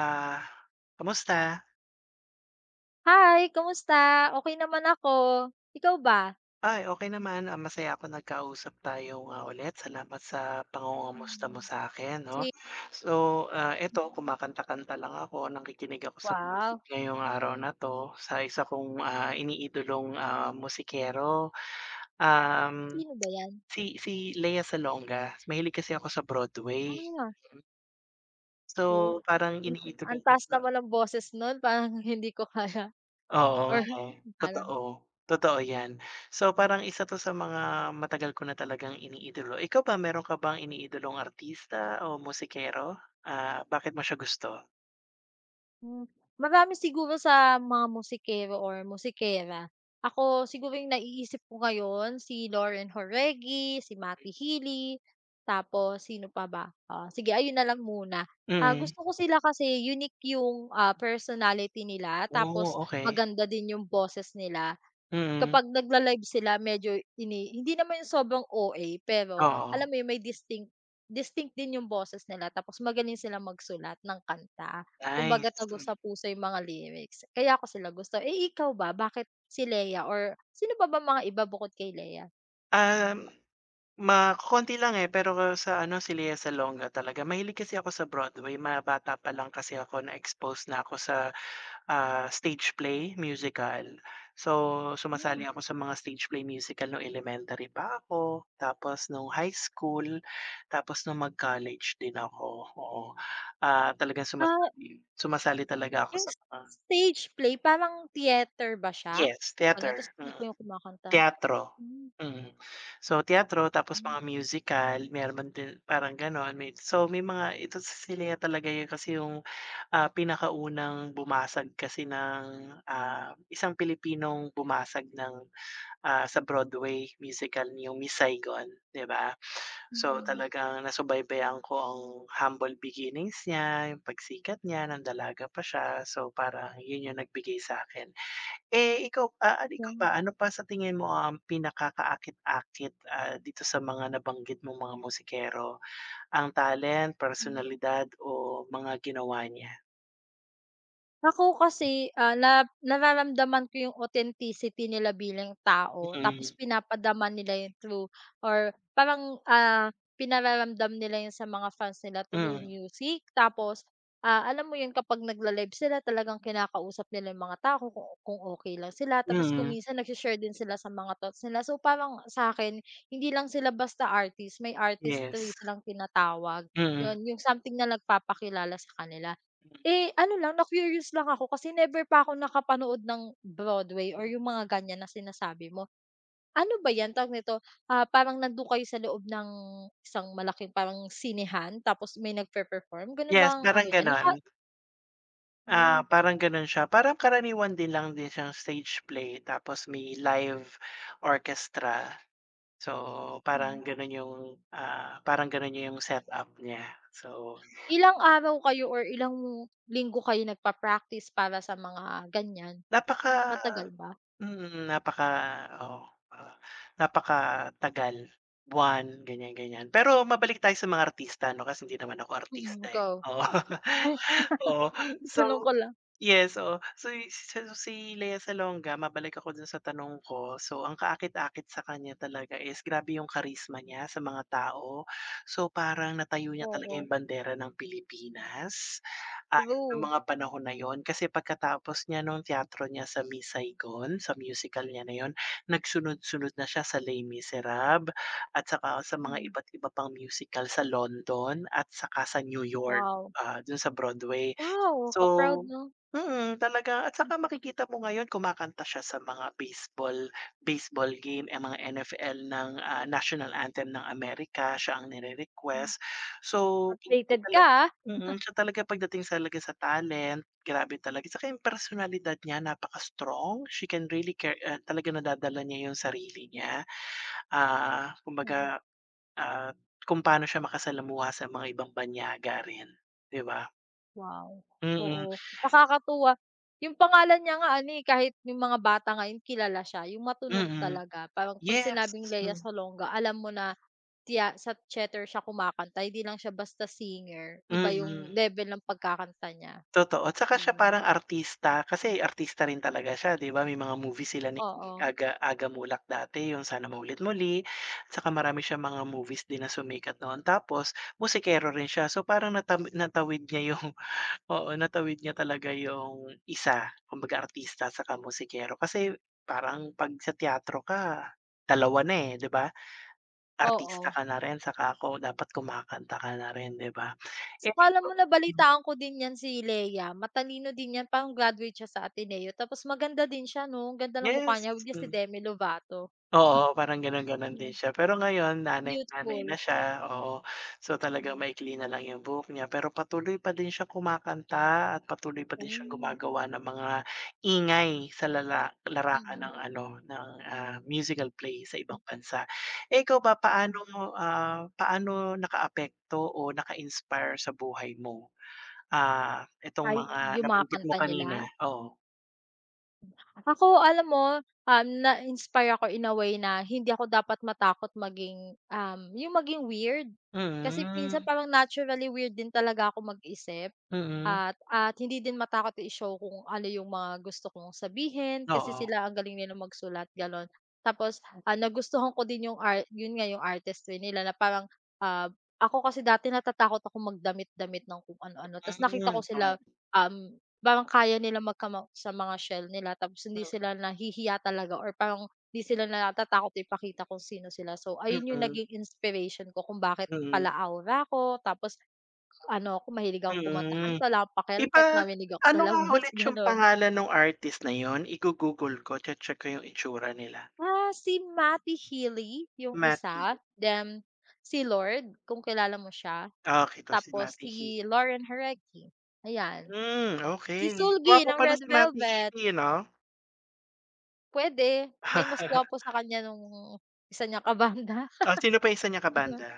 Ah, Kamusta? Hi, kumusta? Okey naman ako, ikaw ba? Ay, okay naman, masaya ako nagkausap tayo nga ulit. Salamat sa pangungamusta mo Hmm. sa akin, 'no. Si So, eto kumakanta-kanta lang ako, nakikinig ako sa music wow, ngayong araw na 'to sa isa kong, iniidolong, musikero, um, sino ba 'yan? si si Lea Salonga. Mahilig kasi ako sa Broadway. Ah, So, oh, parang iniidolo ang ko. taas naman ng boses nun parang hindi ko kaya Oo. Mm or nga, eh, ano. totoo. Totoo 'yan. So, parang isa 'to sa mga matagal ko na talagang iniidolo. Ikaw ba, meron ka bang iniidolong artista o musikero? Ah, bakit mo siya gusto? Hmm, marami siguro sa mga musikero or musikera. Ako siguro yung naiisip ko ngayon si Lauren Horegi, si Matty Healy, tapos sino pa ba? Ah, sige ayun na lang muna. Ah, Mm. gusto ko sila kasi unique yung, personality nila tapos Oh, okay. maganda din yung boses nila. Mm. Kapag nagla-live sila medyo ini hindi naman yung sobrang o a pero Oo, alam mo yun may distinct distinct din yung boses nila tapos magaling silang magsulat ng kanta. nice. Kumbaga Hmm. tagos sa puso yung mga lyrics, kaya ko sila gusto. Eh, ikaw ba bakit si Lea or sino pa ba mga iba bukod kay Lea? Um, makokonti lang, eh, pero sa ano, si Lea Salonga talaga. Mahilig kasi ako sa Broadway. Ma bata pa lang kasi ako na-expose na ako sa stage play, musical. So, sumasali Hmm, ako sa mga stage play musical nung elementary pa ako, tapos nung high school, tapos nung mag-college din ako, oo. Ah, talagang ah, sumasali sumasali talaga ako yung sa mga stage play parang theater ba siya? yes, Ano theater, tas mm, ikaw yung kumakanta? teatro, Hmm, mm. So, teatro tapos hmm. mga musical, meron din parang gano'n. May so, may mga ito sa Silya talaga 'yun kasi yung pinakaunang bumasag kasi ng, isang Pilipinong bumasag ng, sa Broadway musical yung Miss Saigon, 'di ba? So, Mm, talagang nasubaybayan ko ang humble beginnings niya, yung pagsikat niya ng dalaga pa siya. So, parang yun yung nagbigay sa akin. Eh, ikaw, ano kaya ikaw nga. ba, ano pa sa tingin mo ang pinakakaakit-akit, dito sa mga nabanggit mong mga musikero? Ang talent, Hmm. personalidad o mga ginawa niya? Ako kasi, na nararamdaman ko yung authenticity nila bilang tao tapos Mm. pinapadama nila yun through or parang, pinararamdam nila yun sa mga fans nila through Mm, music. Tapos, alam mo yun kapag nagla-live sila talagang kinakausap nila yung mga tao kung okay lang sila. Tapos kung mm, minsan nagshe din sila sa mga thoughts nila. So, parang sa akin hindi lang sila basta artist, may yes, artistry silang tinatawag. mm, Yun, yung something na nagpapakilala sa kanila. mm. Eh, ano lang na-curious lang ako kasi never pa ako nakapanood ng Broadway or yung mga ganyan na sinasabi mo. Ano ba 'yan, tawag nito, parang nandun kayo sa loob ng isang malaking parang sinehan tapos may nagpe-perform, ganun ba Yes, ang parang ano niya? gano'n. Naka Ah, oh, parang gano'n siya, parang karaniwan din lang din siyang stage play tapos may live orchestra. So, mm. parang gano'n yung, parang gano'n yung setup niya. So, Ilang araw kayo or ilang linggo kayo nagpa-practice para sa mga ganyan? napaka Matagal ba? mm, napaka oh, ah, napakatagal, buwan, ganyan, ganyan. Pero mabalik tayo sa mga artista 'no, kasi hindi naman ako artista, Mm, eh. go. Oo, Ay, oo. tanong So ko lang. yes, oo. So, i so si Lea Salonga, mabalik ako dun sa tanong ko. So, ang kaakit-akit sa kanya talaga is grabe yung karisma niya sa mga tao. So, parang natayo niya talaga yung Oo, bandera ng Pilipinas, ah, nung true. mga panahon na yon. Kasi pagkatapos niya nung teatro niya sa Miss Saigon, sa musical niya na yon, nagsunod-sunod na siya sa Les Miserables at saka sa mga Hmm, iba't iba pang musical sa London at saka sa New York, wow. Dun sa Broadway. Wow, ka-proud So 'no? Mm, talaga at saka makikita mo ngayon kumakanta siya sa mga baseball baseball game, eh, mga NFL ng, national anthem ng Amerika, siya ang Mm. nire-request. So, hindi Updated tala ka, ah. mm, siya talaga pagdating talaga sa talent, grabe talaga. Saka yung personalidad niya napaka-strong, she can really care talagang nadadala niya yung sarili niya. Ah, Mm. kumbaga, ah, kung paano siya makasalamuha sa mga ibang banyaga rin, 'di ba? Wow, Mm, mm. oo. Nakakatuwa. Yung pangalan niya nga ano, eh, kahit yung mga bata ngayon kilala siya, yung matunog Mm, talaga. Parang 'pag yes. sinabing Lea Salonga alam mo na tiya sa theater siya kumakanta, hindi lang siya basta singer. Iba Mm, yung level ng pagkakanta niya. totoo. Tsaka siya Yun. parang artista kasi artista rin talaga siya 'di ba? May mga movie sila ni Oo, Aga Aga Mulak dati yung Sana Maulit Muli, tsaka marami siyang mga movies din na sumikat noon. Tapos musikero rin siya so parang natam natawid niya yung oo, natawid niya talaga yung isa, kumbaga artista saka musikero. Kasi parang 'pag sa teatro ka, dalawa na, eh, 'di ba? Artista oo. ka na rin saka ako dapat kumakanta ka na rin 'di ba? So, Eh, akala mo mm, nabalitaan ko din 'yan si Lea, matalino din 'yan, parang graduate siya sa Ateneo tapos maganda din siya 'no, ang ganda ng mukha yes, niya, huwag niya si mm. Demi Lovato. Oo, parang gano'n-gano'n Hmm. din siya. Pero ngayon nanay-nanay na Youthful. siya, oo. So, talagang Hmm, maikli na lang yung buhok niya, pero patuloy pa din siyang kumakanta at patuloy pa din siyang hmm, gumagawa ng mga ingay sa lala larangan ng ano, ng, musical play sa ibang mm. bansa. Eh, ikaw ba paano paano nakaapekto o naka-inspire sa buhay mo, itong Ay, mga yung mga nabanggit mo kanta nila? kanina? Oo. Ako alam mo, na-inspire ako in a way na hindi ako dapat matakot maging, yung maging weird. Mm, Kasi minsan mm. parang naturally weird din talaga ako mag-isip. Mm. At hindi din matakot i-show kung ano yung mga gusto kong sabihin kasi Oo. sila ang galing nilang magsulat, gano'n. Tapos, nagustuhan ko din yung art yun nga yung artistry nila na parang, ah, ako kasi dati natatakot ako magdamit-damit ng kung ano-ano ta's Hmm, nakita ko okey. sila, parang kaya nila magkama sa mga shell nila tapos hindi Hmm. sila nahihiya talaga or parang hindi sila natatakot ipakita kung sino sila. So, ayun yung Mm, naging inspiration ko kung bakit pala mm, aura ko tapos ano ako, mahilig akong kumanta mm. kanta, wala akong pakialam Ipa kahit manginig ako sa ano nga labas, ulit yung gano'n. pangalan nung artist na yun? Igo-Google ko, che-check ko yung itsura nila. Ah, si Matty Healy yung Matty, isa, then si Lorde kung kilala mo siya, okey 'to si tapos Matty si Healy. Lauren Herecki, ayan. Hmm, Si okey. Soolgi Gwapo ng pala Red si Matty Velvet, Healy eh, 'no? puwede, may mas Oh, gwapo sa kanya nung isa niyang kabanda, sino pa isa niyang kabanda?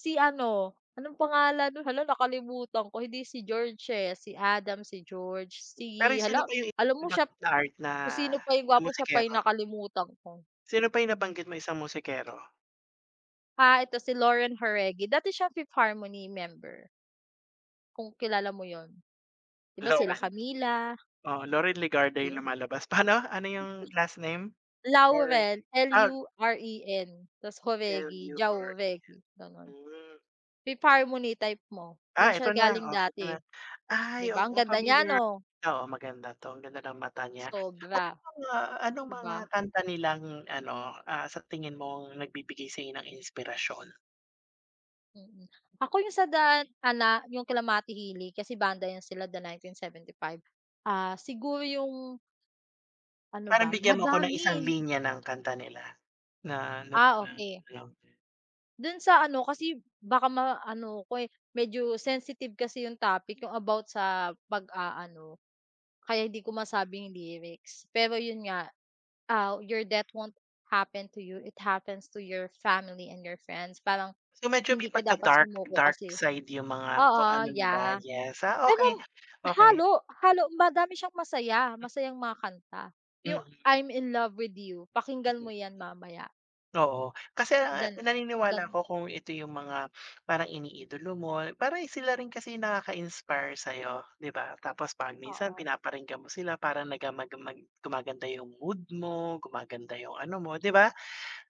Si ano, anong pangalan nun, hala nakalimutan ko, hindi si George, eh, si Adam, si George, Pero si sino hala, pa yung alam mo siya. nabanggit na art na Kung sino pa yung na gwapo siya pa musikero? yung nakalimutan ko. Sino pa yung Mhm. nabanggit mo isang musikero? Ah, ito si Lauren Jaregui, dati siyang Fifth Harmony member, kung kilala mo yun. 'Di ba sila Lauren? Camila, Oo, Lauren Legarda yung ayun. lumalabas. Paano, ano yung last name? Lauren, Lauren, ah, Luren, tas Jaregui, L-U-R Jauregui, gano'n. Hmm. Fifth Harmony type mo, Ah, dun siya ito na, galing okey eto na. dati, Ay, 'di ba ang oo, ganda niya familiar 'no? oo, maganda 'to, ang ganda ng mata niya. Sobra, Mga anong 'di mga ba? kanta nilang ano, sa tingin mo nagbibigay sa'yo ng inspirasyon? Mm. Ako yung sa daan ana yung kila Mati Hili kasi banda yan sila The 1975. Ah, siguro yung ano ba, Parang bigyan mo ako ng madami. isang linya ng kanta nila na na Ah, parang okay, ano, dun sa ano kasi baka ma, ano ko, eh, medyo sensitive kasi yung topic, yung about sa pag-aano, kaya hindi ko masabing lyrics. Pero yun nga, "Your death won't happen to you, it happens to your family and your friends." Parang so medyo hindi may ka dapat pagka-dark, sumuko dark kasi side yung mga kung oo, ano nila, yeah. yes. Ah, Pero okey, okey. halo, halo madami siyang masaya, masayang mga kanta. Mm, mm. Yung "I'm in love with you", pakinggan mo Mm. yan mamaya, Oo, kasi, dan gan naniniwala ko kung ito yung mga parang iniidolo mo, parang sila rin kasi yung nakaka-inspire sa'yo, 'di ba? Tapos 'pag minsan oo, pinaparinggan mo sila parang nagamagmag gumaganda yung mood mo, gumaganda yung ano mo, 'di ba?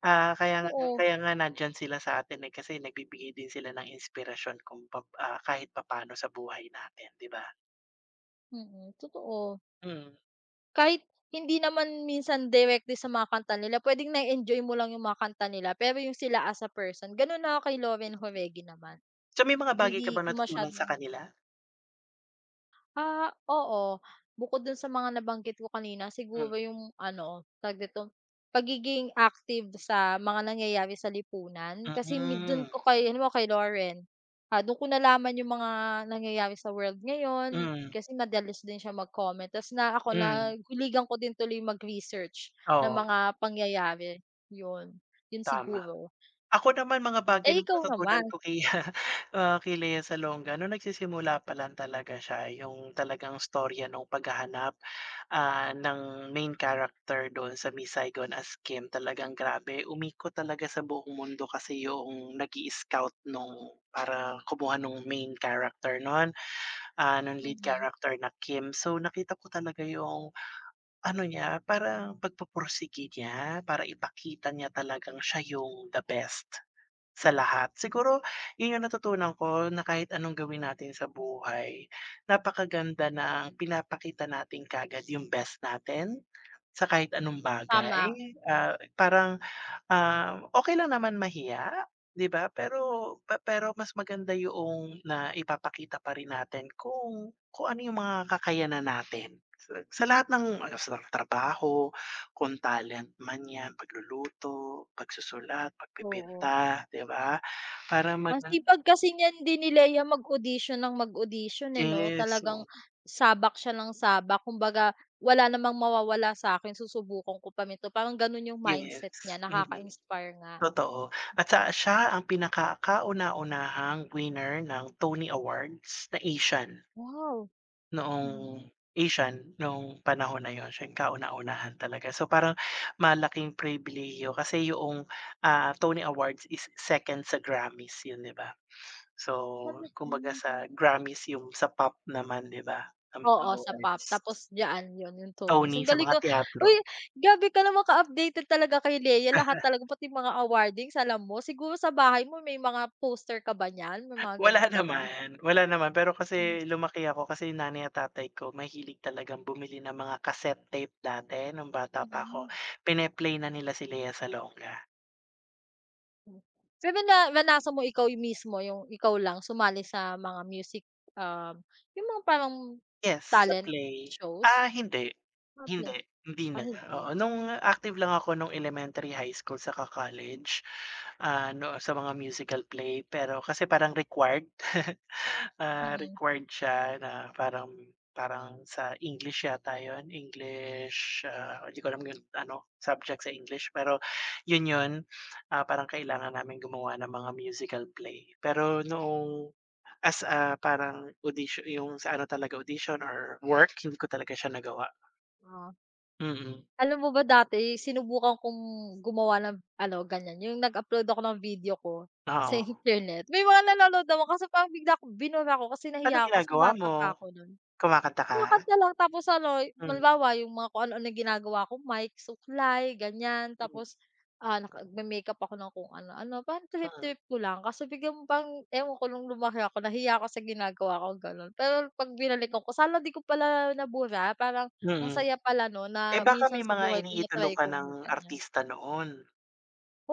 Ah, oo. kaya nga nandiyan sila sa atin, eh, kasi nagbibigay din sila ng inspirasyon kung pap ah, kahit papaano sa buhay natin, 'di ba? Mm, totoo. Mm. Kahit hindi naman minsan direktly sa mga kanta nila, puwedeng na enjoy mo lang yung mga kanta nila, pero yung sila as a person, gano'n na kay Lauren Jorege naman. So, may mga bagay ka Hindi bang ko natutunan masyado. sa kanila? Ah, oo. Bukod dun sa mga nabanggit ko kanina Hmm, siguro yung ano, tawag dito, pagiging active sa mga nangyayari sa lipunan. Kasi mi dun mm. ko kay halimbawa kay Lauren, dun ko nalaman yung mga nangyayari sa world ngayon Hmm, kasi madalas din siya mag-comment ta's na ako mm, na nahiligan ko din tuloy mag-research ng oo, mga pangyayari, yun. Yun tama. siguro. Ako naman mga bagay Eh, na ikaw natutunan naman? ko kay, kay Lea Salonga nung nagsisimula pa lang talaga siya yung talagang storya nung paghahanap, ng main character dun sa Miss Saigon as Kim talagang grabe umikot talaga sa buong mundo kasi yung nag-i-scout nung para kumuha nung main character nun, nung lead Mm, character na Kim. So nakita ko talaga yung ano niya parang pagpupursige niya para ipakita niya talagang siya yung the best. Sa lahat. Siguro yun yung natutunan ko na kahit anong gawin natin sa buhay, napakaganda ng pinapakita natin kaagad yung best natin sa kahit anong bagay. tama, Ah, parang okey lang naman mahiya, 'di ba? Pero pe pero mas maganda yoong naipapakita pa rin natin kung ano yung mga kakayanan natin. Sa lahat ng ano, sa trabaho, kung talent man 'yan, pagluluto, pagsusulat, oo. pagpipinta, 'di ba? Para Ang maga sipag kasi niyan din ni Lea mag-audition ng mag-audition, eh, 'no? yes, Talagang oo, sabak siya ng sabak. Kumbaga, wala namang mawawala sa'kin, susubukan ko pa rin 'to. Parang gano'n yung yes, mindset niya, mm, nakaka-inspire nga. totoo. At sa siya ang pinaka kauna-unahang winner ng Tony Awards na Asian. Wow! Noong Hmm, Asian, noong panahon na yun, siya yung kauna-unahan talaga. So, parang malaking pribilehiyo kasi yung Tony Awards is second sa Grammys yun, 'di ba? So, talaga. kumbaga sa Grammys yung sa pop naman, 'di ba, ang mga Oo, sa pop. awards. Tapos Jaan 'yon, yung Tony's. Tony Ang sa galing mga nga. teatro. Uy, grabe ka naman ka-updated talaga kay Lea. Lahat talaga, pati mga awardings alam mo. Siguro sa bahay mo may mga poster ka ba niyan? May mga Wala gano'n ka ba? naman, wala naman. Pero kasi Hmm, lumaki ako kasi yung nanay at tatay ko mahilig talagang bumili ng mga cassette tape dati nung bata pa ako. hmm. Pine-play na nila si Lea Salonga. Hmm. Pero na naranasan mo ikaw yu mismo yung ikaw lang sumali sa mga music, um, yung mga parang Yes, sa talent play. shows? Ah, hindi, Mga play hindi, hindi ah, na, hindi. oo. Nung active lang ako nung elementary, high school, saka college, no sa mga musical play pero kasi parang required, Mm, required siya na parang parang sa English yata yun, English, hindi ko alam yung ano, subject sa English pero yun yun, parang kailangan namin gumawa ng mga musical play. Pero noong As a parang auditio yung sa ano talaga audition or work, hindi ko talaga siya nagawa. ah. Mm, Alam mo ba dati sinubukan kong gumawa ng ano ganyan, yung nag-upload ako ng video ko sa oo. internet. May mga nanonood naman kaso parang bigla akong binura ko kasi Anong nahiya ako kasi ginagawa bata mo? pa ako nun. Kumakanta ka? Kumakanta lang tapos ano, Hmm, halimbawa yung mga kung ano-ano ginagawa kong mic, suklay, ganyan. hmm, Tapos, naka nagme-makeup ako ng kung ano-ano, parang mm, trip-trip ko lang. Kaso biglang pang ewan ko nung lumaki ako nahiya ako sa ginagawa ko, gano'n. Pero 'pag binalikan ko, "Sana di ko pala nabura." Parang ang mm. saya pala no Eh, na baka may minsan sa mga buhay ko iniidolo na-try ka kong ng mag-ganyan. artista noon?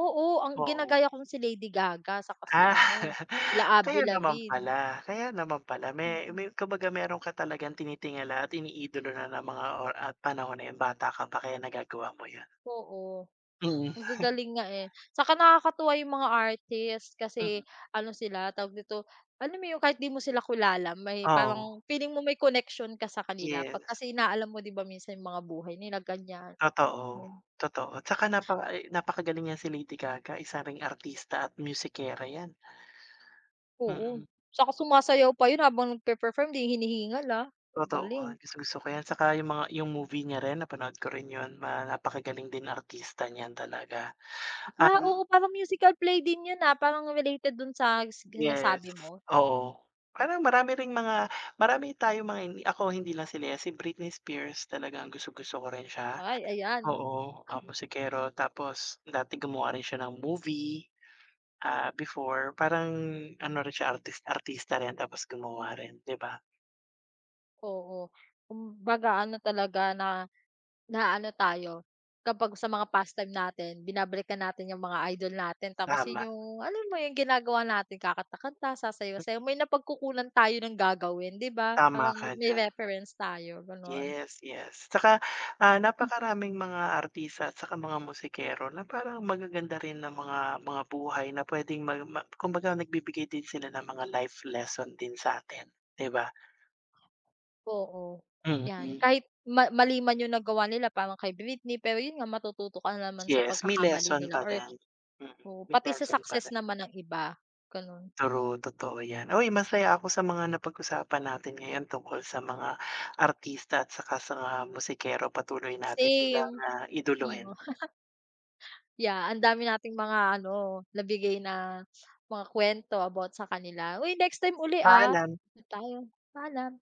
Oo, ang Oo. ginagaya ko si Lady Gaga saka si Ah, ano, sila Avril Lavigne. Kaya naman pala may Mm, mm. me kumbaga meron ka talagang tinitingala at iniidolo na ng mga or at panahon na yun bata ka pa kaya nagagawa mo yun. Oo. Mm, Ang gagaling nga, eh. Saka nakakatuwa yung mga artist mm. kasi ano sila, tawag dito, alam mo yun kahit di mo sila kilala may Oo, parang feeling mo may connection ka sa kanila 'pag yes. kasi inaalam mo 'di ba minsan yung mga buhay nila ganyan. Totoo, Hmm, totoo. Tsaka napaka ay napakagaling niyan si Lady Gaga, isa ring artista at musikera 'yan. oo. Mm, Saka sumasayaw pa yun habang nagpe-perform di hinihingal, totoo. galing. Gustong-gusto ko 'yan, tsaka yung mga yung movie niya rin napanood ko rin 'yun, ma napakagaling din artista niyan talaga. Ah, Um, oo parang musical play din yun, parang related dun sa yes, nasabi mo. oo. Parang marami ring mga marami tayong mga hindi ako hindi lang sila, si Britney Spears talagang gustong-gusto ko rin siya. Ay, ayan, Oo, musikero tapos dati gumawa rin siya ng movie. Ah, before parang ano rin siya artist artista rin tapos gumawa rin, 'di ba? oo. Kumbaga ano talaga na. Na ano tayo, kapag sa mga pastime natin binabalikan natin yung mga idol natin tapos Tama, yun yung alam mo yung ginagawa natin kakanta-kanta, sasayaw sayo may napagkukunan tayo ng gagawin 'di ba? tama Parang ka may diyan. reference tayo gano'n. Yes, yes. Saka Hmm. napakaraming mga artista at saka mga musikero na parang magaganda rin ng mga buhay na puwedeng mag ma kumbaga nagbibigay din sila ng mga life lesson din sa atin, 'di ba? Oo, 'yan Mm. kahit ma mali man yung nagawa nila parang kay Britney pero yun nga matututo ka naman sa Yes, may pagkakamali lesson nila pa or din. Mm, oo, may pati sa lesson pa success rin. naman ng iba, gano'n. True, totoo yan. Uy, masaya ako sa mga napag-usapan natin ngayon tungkol sa mga artista at saka sa mga musikero. Patuloy natin silang, Same, mm. iduluhin. Yeah, ang dami nating mga ano, nabigay na mga kwento about sa kanila. Uy, next time uli, ah. Paalam. Tayo, paalam.